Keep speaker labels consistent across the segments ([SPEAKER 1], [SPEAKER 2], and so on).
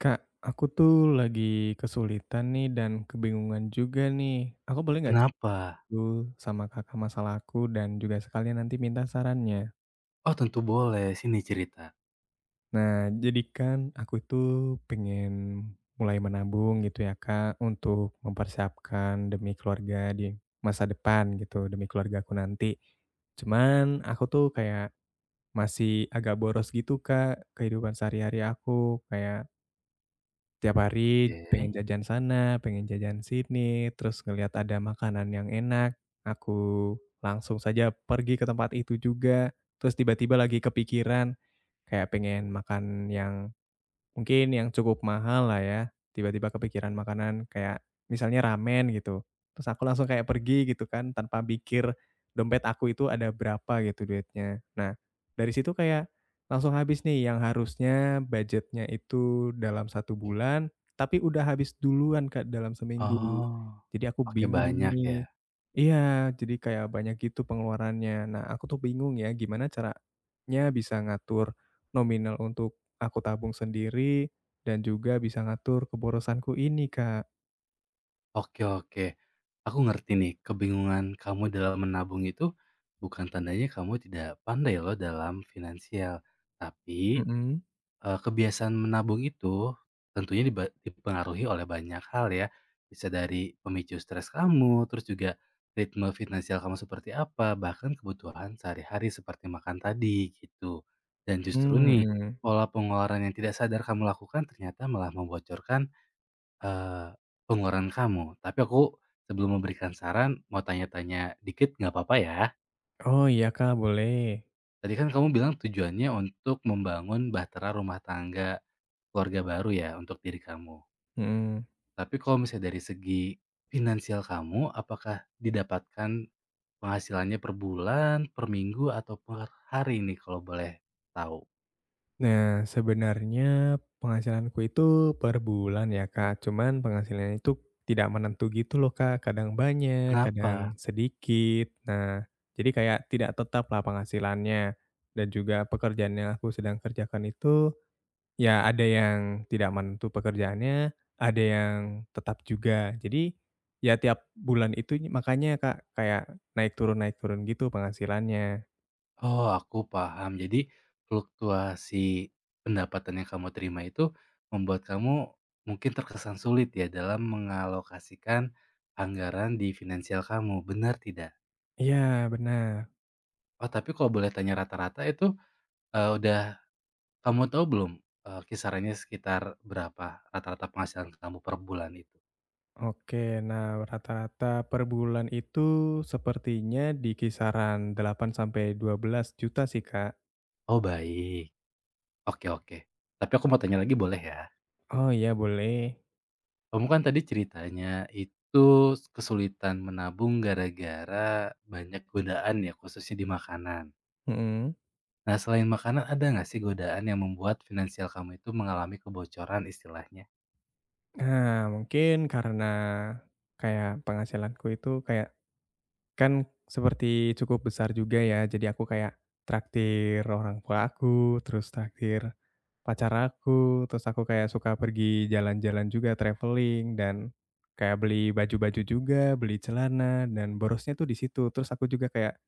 [SPEAKER 1] Kak, aku tuh lagi kesulitan nih dan kebingungan juga nih. Aku boleh nggak
[SPEAKER 2] Kenapa?
[SPEAKER 1] dulu sama kakak masalah aku dan juga sekalian nanti minta sarannya.
[SPEAKER 2] Oh tentu boleh, sini cerita.
[SPEAKER 1] Nah, jadi kan aku itu pengen mulai menabung gitu ya kak untuk mempersiapkan demi keluarga di masa depan gitu, demi keluarga aku nanti. Cuman aku tuh kayak masih agak boros gitu kak kehidupan sehari-hari aku. Kayak tiap hari
[SPEAKER 2] Oke.
[SPEAKER 1] pengen jajan sana, pengen jajan sini, terus ngelihat ada makanan yang enak, aku langsung saja pergi ke tempat itu juga. Terus tiba-tiba lagi kepikiran, kayak pengen makan yang mungkin yang cukup mahal lah ya, tiba-tiba kepikiran makanan kayak misalnya ramen gitu, terus aku langsung kayak pergi gitu kan, tanpa mikir dompet aku itu ada berapa gitu duitnya. Nah, dari situ kayak langsung habis nih yang harusnya budgetnya itu dalam satu bulan, tapi udah habis duluan Kak, dalam seminggu.
[SPEAKER 2] Oh,
[SPEAKER 1] Jadi aku
[SPEAKER 2] oke
[SPEAKER 1] bingung
[SPEAKER 2] banyak ya?
[SPEAKER 1] nih, iya, jadi kayak banyak gitu pengeluarannya. Nah, aku tuh bingung ya, gimana caranya bisa ngatur nominal untuk aku tabung sendiri dan juga bisa ngatur keborosanku ini, Kak.
[SPEAKER 2] Oke oke. Aku ngerti nih, kebingungan kamu dalam menabung itu bukan tandanya kamu tidak pandai loh dalam finansial. Tapi,
[SPEAKER 1] Mhm.
[SPEAKER 2] Kebiasaan menabung itu tentunya dipengaruhi oleh banyak hal ya, bisa dari pemicu stres kamu, terus juga ritme finansial kamu seperti apa, bahkan kebutuhan sehari-hari seperti makan tadi, gitu. Dan justru
[SPEAKER 1] Mhm
[SPEAKER 2] nih,
[SPEAKER 1] mhm.
[SPEAKER 2] pola pengeluaran yang tidak sadar kamu lakukan ternyata malah membocorkan, eee, pengeluaran kamu. Tapi aku sebelum memberikan saran, mau tanya-tanya dikit nggak apa-apa ya?
[SPEAKER 1] Oh iya, Kak, boleh.
[SPEAKER 2] Tadi kan kamu bilang tujuannya untuk membangun bahtera rumah tangga keluarga baru ya untuk diri kamu.
[SPEAKER 1] Mhm.
[SPEAKER 2] Tapi kalau misalnya dari segi finansial kamu, apakah didapatkan penghasilannya per bulan, per minggu, atau per hari nih kalau boleh tahu?
[SPEAKER 1] Nah, sebenarnya penghasilanku itu per bulan ya, Kak, cuman penghasilannya itu tidak menentu gitu loh, Kak, kadang banyak,
[SPEAKER 2] Kenapa?
[SPEAKER 1] kadang sedikit. Nah, jadi kayak tidak tetap lah penghasilannya dan juga pekerjaan yang aku sedang kerjakan itu, ya ada yang tidak menentu pekerjaannya, ada yang tetap juga. Jadi, ya tiap bulan itu makanya Kak, kayak naik turun gitu penghasilannya.
[SPEAKER 2] Oh, aku paham. Jadi fluktuasi pendapatan yang kamu terima itu membuat kamu mungkin terkesan sulit ya dalam mengalokasikan anggaran di finansial kamu, benar tidak?
[SPEAKER 1] Iya benar.
[SPEAKER 2] Oh, tapi kalau boleh tanya rata-rata itu, udah kamu tahu belum, kisarannya sekitar berapa rata-rata penghasilan kamu per bulan itu?
[SPEAKER 1] Oke, nah rata-rata per bulan itu sepertinya di kisaran 8 sampai 12 juta sih Kak.
[SPEAKER 2] Oh, baik. Oke oke. Tapi aku mau tanya lagi boleh ya?
[SPEAKER 1] Oh iya boleh,
[SPEAKER 2] Kamu kan tadi ceritanya itu kesulitan menabung gara-gara banyak godaan ya, khususnya di makanan.
[SPEAKER 1] mhm.
[SPEAKER 2] Nah, selain makanan ada nggak sih godaan yang membuat finansial kamu itu mengalami kebocoran istilahnya?
[SPEAKER 1] Nah mungkin karena kayak penghasilanku itu kayak kan seperti cukup besar juga ya, jadi aku kayak traktir orang tua aku, terus traktir pacar aku, terus aku kayak suka pergi jalan-jalan juga, traveling, dan kayak beli baju-baju juga, beli celana, dan borosnya tuh di situ. Terus aku juga kayak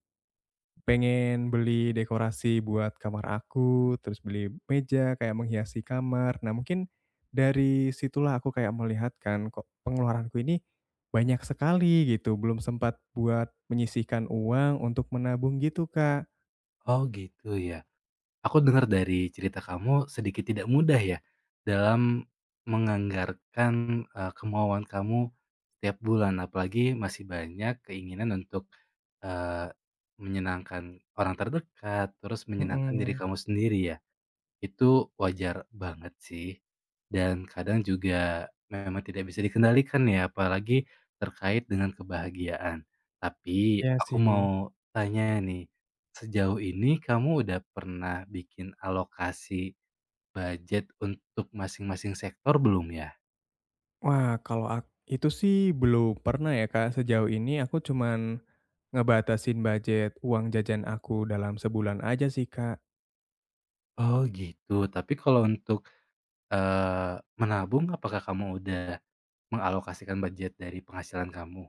[SPEAKER 1] pengen beli dekorasi buat kamar aku, terus beli meja kayak menghiasi kamar. Nah, mungkin dari situlah aku kayak melihat kan, kok pengeluaranku ini banyak sekali gitu, belum sempat buat menyisihkan uang untuk menabung gitu, Kak.
[SPEAKER 2] Oh, gitu ya. Aku dengar dari cerita kamu sedikit tidak mudah ya dalam menganggarkan, kemauan kamu setiap bulan, apalagi masih banyak keinginan untuk, eee, menyenangkan orang terdekat, terus menyenangkan diri
[SPEAKER 1] Mhm,
[SPEAKER 2] kamu sendiri ya. Itu wajar banget sih, dan kadang juga memang tidak bisa dikendalikan ya, apalagi terkait dengan kebahagiaan. Tapi
[SPEAKER 1] iya
[SPEAKER 2] aku
[SPEAKER 1] sih.
[SPEAKER 2] mau tanya nih, sejauh ini kamu udah pernah bikin alokasi budget untuk masing-masing sektor belum ya?
[SPEAKER 1] Wah, kalau itu sih belum pernah ya, Kak. Sejauh ini aku cuman ngebatasin budget uang jajan aku dalam sebulan aja sih, Kak.
[SPEAKER 2] Oh gitu, tapi kalau untuk, menabung apakah kamu udah mengalokasikan budget dari penghasilan kamu?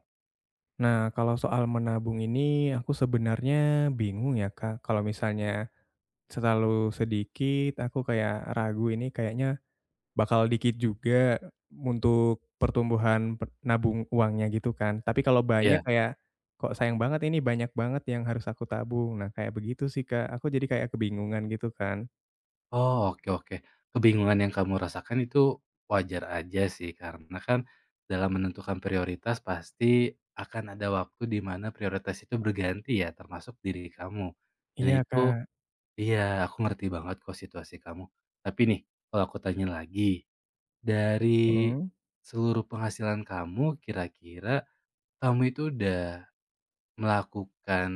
[SPEAKER 1] Nah, kalau soal menabung ini aku sebenarnya bingung ya, Kak. Kalau misalnya terlalu sedikit, aku kayak ragu ini kayaknya bakal dikit juga untuk pertumbuhan per nabung uangnya gitu kan. Tapi kalau
[SPEAKER 2] Ya.
[SPEAKER 1] banyak kayak, "Kok sayang banget ini banyak banget yang harus aku tabung." Nah, kayak begitu sih, Kak. Aku jadi kayak kebingungan gitu kan.
[SPEAKER 2] Oh, oke oke. Kebingungan yang kamu rasakan itu wajar aja sih, karena kan dalam menentukan prioritas pasti akan ada waktu di mana prioritas itu berganti ya, termasuk diri kamu. Dan
[SPEAKER 1] Iya,
[SPEAKER 2] itu
[SPEAKER 1] Kak.
[SPEAKER 2] iya, aku ngerti banget kok situasi kamu. Tapi nih, kalau aku tanya lagi, dari
[SPEAKER 1] Mhm.
[SPEAKER 2] seluruh penghasilan kamu, kira-kira kamu itu udah melakukan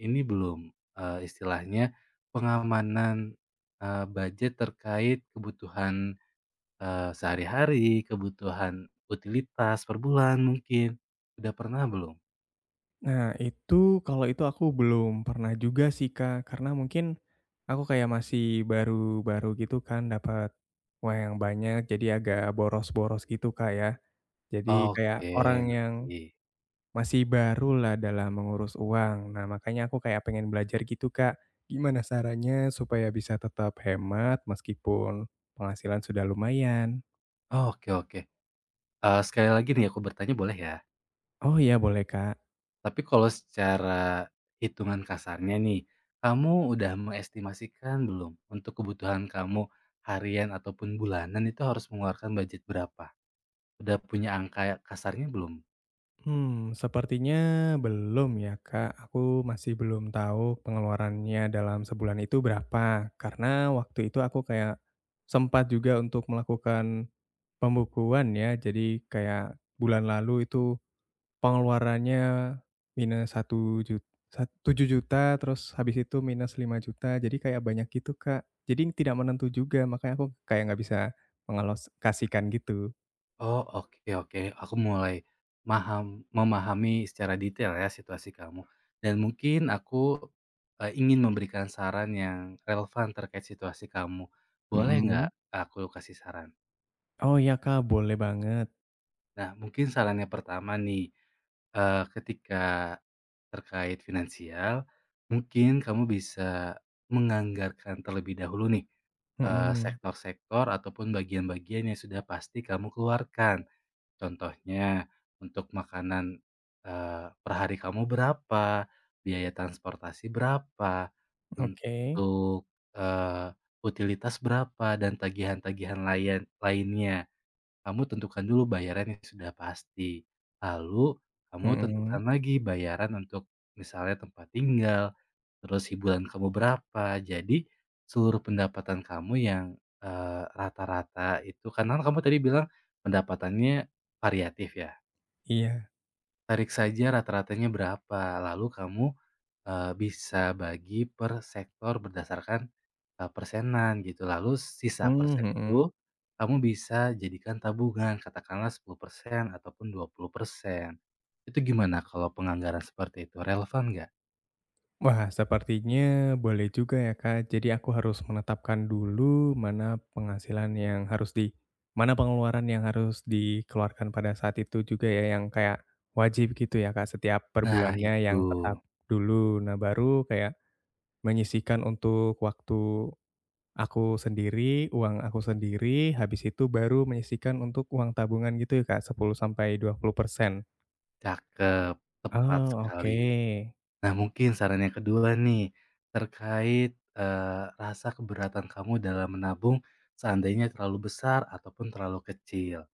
[SPEAKER 2] ini belum, istilahnya pengamanan, budget terkait kebutuhan, sehari-hari, kebutuhan utilitas per bulan mungkin, udah pernah belum?
[SPEAKER 1] Nah, itu kalau itu aku belum pernah juga sih, Kak, karena mungkin aku kayak masih baru-baru gitu kan dapat uang yang banyak, jadi agak boros-boros gitu, Kak, ya. Jadi kayak
[SPEAKER 2] Oke,
[SPEAKER 1] orang yang
[SPEAKER 2] ngerti.
[SPEAKER 1] masih barulah dalam mengurus uang. Nah, makanya aku kayak pengen belajar gitu, Kak. Gimana caranya supaya bisa tetap hemat meskipun penghasilan sudah lumayan?
[SPEAKER 2] Oke oke, sekali lagi nih aku bertanya boleh ya?
[SPEAKER 1] Oh, iya boleh, Kak.
[SPEAKER 2] Tapi kalau secara hitungan kasarnya nih, kamu udah mengestimasikan belum untuk kebutuhan kamu harian ataupun bulanan itu harus mengeluarkan budget berapa? Udah punya angka kasarnya belum?
[SPEAKER 1] Hmm, sepertinya belum ya, Kak. Aku masih belum tahu pengeluarannya dalam sebulan itu berapa. Karena waktu itu aku kayak sempat juga untuk melakukan pembukuan ya. Jadi kayak bulan lalu itu pengeluarannya minus 1 juta, 7 juta, terus habis itu minus 5 juta. Jadi kayak banyak gitu, Kak. Jadi tidak menentu juga, makanya aku kayak nggak bisa mengalokasikan gitu.
[SPEAKER 2] Oh, oke oke, aku mulai memahami secara detail ya situasi kamu, dan mungkin aku, ingin memberikan saran yang relevan terkait situasi kamu. Boleh nggak
[SPEAKER 1] Mm-mm.
[SPEAKER 2] aku kasih saran?
[SPEAKER 1] Oh iya, Kak, boleh banget.
[SPEAKER 2] Nah, mungkin sarannya pertama nih, ketika terkait finansial, mungkin kamu bisa menganggarkan terlebih dahulu nih,
[SPEAKER 1] Mhm.
[SPEAKER 2] sektor-sektor ataupun bagian-bagian yang sudah pasti kamu keluarkan. Contohnya, untuk makanan, per hari kamu berapa, biaya transportasi berapa,
[SPEAKER 1] Oke,
[SPEAKER 2] untuk, eee, utilitas berapa, dan tagihan-tagihan lain lainnya. Kamu tentukan dulu bayaran yang sudah pasti, lalu kamu
[SPEAKER 1] mhm,
[SPEAKER 2] tentukan lagi bayaran untuk misalnya tempat tinggal, terus hiburan kamu berapa. Jadi seluruh pendapatan kamu yang, rata-rata itu karena kan kamu tadi bilang pendapatannya variatif ya,
[SPEAKER 1] iya,
[SPEAKER 2] tarik saja rata-ratanya berapa, lalu kamu, bisa bagi per sektor berdasarkan, persenan gitu. Lalu sisa
[SPEAKER 1] mmm,
[SPEAKER 2] persen
[SPEAKER 1] mhm.
[SPEAKER 2] itu kamu bisa jadikan tabungan, katakanlah 10% ataupun 20%. Itu gimana kalau penganggaran seperti itu, relevan nggak?
[SPEAKER 1] Wah, sepertinya boleh juga ya, Kak. Jadi aku harus menetapkan dulu mana penghasilan yang harus di mana pengeluaran yang harus dikeluarkan pada saat itu juga ya, yang kayak wajib gitu ya, Kak, setiap per
[SPEAKER 2] Nah
[SPEAKER 1] bulannya
[SPEAKER 2] itu,
[SPEAKER 1] yang tetap dulu. Nah, baru kayak menyisihkan untuk waktu aku sendiri, uang aku sendiri, habis itu baru menyisihkan untuk uang tabungan gitu ya, Kak, 10 sampai 20%.
[SPEAKER 2] cakep. Tepat
[SPEAKER 1] Oh,
[SPEAKER 2] sekali.
[SPEAKER 1] oke.
[SPEAKER 2] Nah mungkin saran yang kedua nih, terkait, rasa keberatan kamu dalam menabung seandainya terlalu besar ataupun terlalu kecil.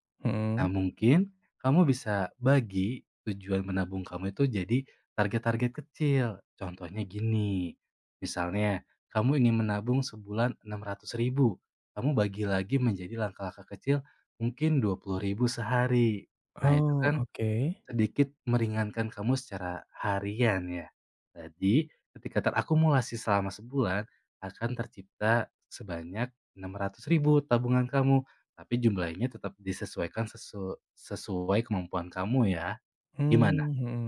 [SPEAKER 2] Nah
[SPEAKER 1] Mhm.
[SPEAKER 2] mungkin kamu bisa bagi tujuan menabung kamu itu jadi target-target kecil. Contohnya gini, misalnya kamu ingin menabung sebulan 600.000, kamu bagi lagi menjadi langkah-langkah kecil mungkin 20.000 sehari. Nah itu
[SPEAKER 1] Oh,
[SPEAKER 2] kan
[SPEAKER 1] oke.
[SPEAKER 2] sedikit meringankan kamu secara harian ya. Jadi ketika terakumulasi selama sebulan akan tercipta sebanyak 600.000 tabungan kamu, tapi jumlahnya tetap disesuaikan sesuai kemampuan kamu ya. Gimana?
[SPEAKER 1] Mmm, mhm.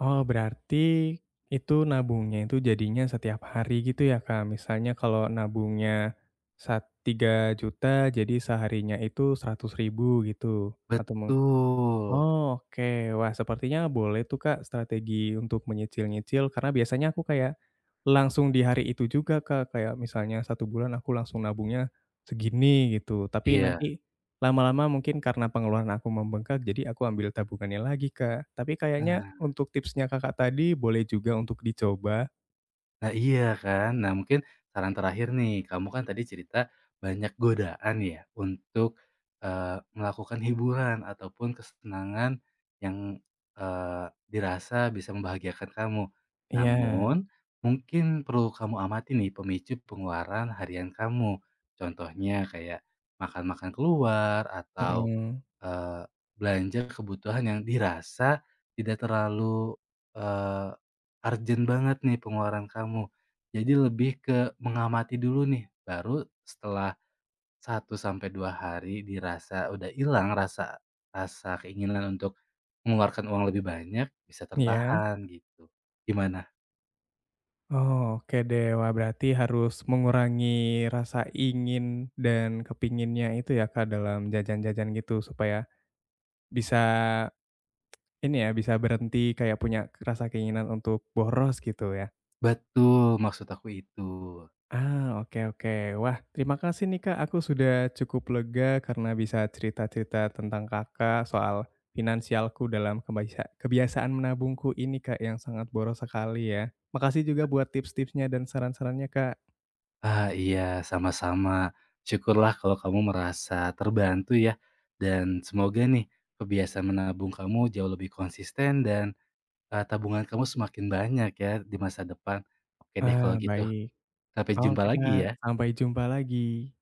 [SPEAKER 1] Oh, berarti itu nabungnya itu jadinya setiap hari gitu ya, Kak? Misalnya kalau nabungnya 3 juta, jadi seharinya itu 100 ribu gitu? Atau mu
[SPEAKER 2] Betul.
[SPEAKER 1] Oke, wah sepertinya boleh tuh Kak strategi untuk menyicil-nyicil karena biasanya aku kayak langsung di hari itu juga Kak, kayak misalnya satu bulan aku langsung nabungnya segini gitu, tapi
[SPEAKER 2] Iya.
[SPEAKER 1] nanti lama-lama mungkin karena pengeluaran aku membengkak jadi aku ambil tabungannya lagi Kak, tapi kayaknya
[SPEAKER 2] Nah
[SPEAKER 1] untuk tipsnya Kakak tadi boleh juga untuk dicoba.
[SPEAKER 2] Nah iya kan. Nah mungkin saran terakhir nih, kamu kan tadi cerita banyak godaan ya untuk, melakukan hiburan ataupun kesenangan yang, dirasa bisa membahagiakan kamu.
[SPEAKER 1] Iya,
[SPEAKER 2] Namun mungkin perlu kamu amati nih pemicu pengeluaran harian kamu. Contohnya kayak makan-makan keluar atau
[SPEAKER 1] mhm,
[SPEAKER 2] Eee, belanja kebutuhan yang dirasa tidak terlalu, eee, urgent banget nih pengeluaran kamu. Jadi lebih ke mengamati dulu nih, baru setelah satu sampai 2 hari dirasa udah hilang rasa rasa keinginan untuk mengeluarkan uang lebih banyak, bisa
[SPEAKER 1] iya.
[SPEAKER 2] tertahan gitu. Gimana?
[SPEAKER 1] Oh, oke deh, wah berarti harus mengurangi rasa ingin dan kepinginnya itu ya Kak, dalam jajan-jajan gitu supaya bisa ini ya, bisa berhenti kayak punya rasa keinginan untuk boros gitu ya.
[SPEAKER 2] Betul, maksud aku itu.
[SPEAKER 1] Ah, oke oke. Wah, terima kasih nih Kak, aku sudah cukup lega karena bisa cerita-cerita tentang Kakak soal finansialku dalam kebiasaan menabungku ini Kak, yang sangat boros sekali ya. Makasih juga buat tips-tipsnya dan saran-sarannya Kak.
[SPEAKER 2] Ah, iya, sama-sama. Syukurlah kalau kamu merasa terbantu ya. Dan semoga nih kebiasaan menabung kamu jauh lebih konsisten dan tabungan kamu semakin banyak ya di masa depan. Oke deh kalau
[SPEAKER 1] Ah,
[SPEAKER 2] gitu.
[SPEAKER 1] baik.
[SPEAKER 2] Sampai jumpa
[SPEAKER 1] Oke Kak,
[SPEAKER 2] lagi ya.
[SPEAKER 1] sampai jumpa lagi.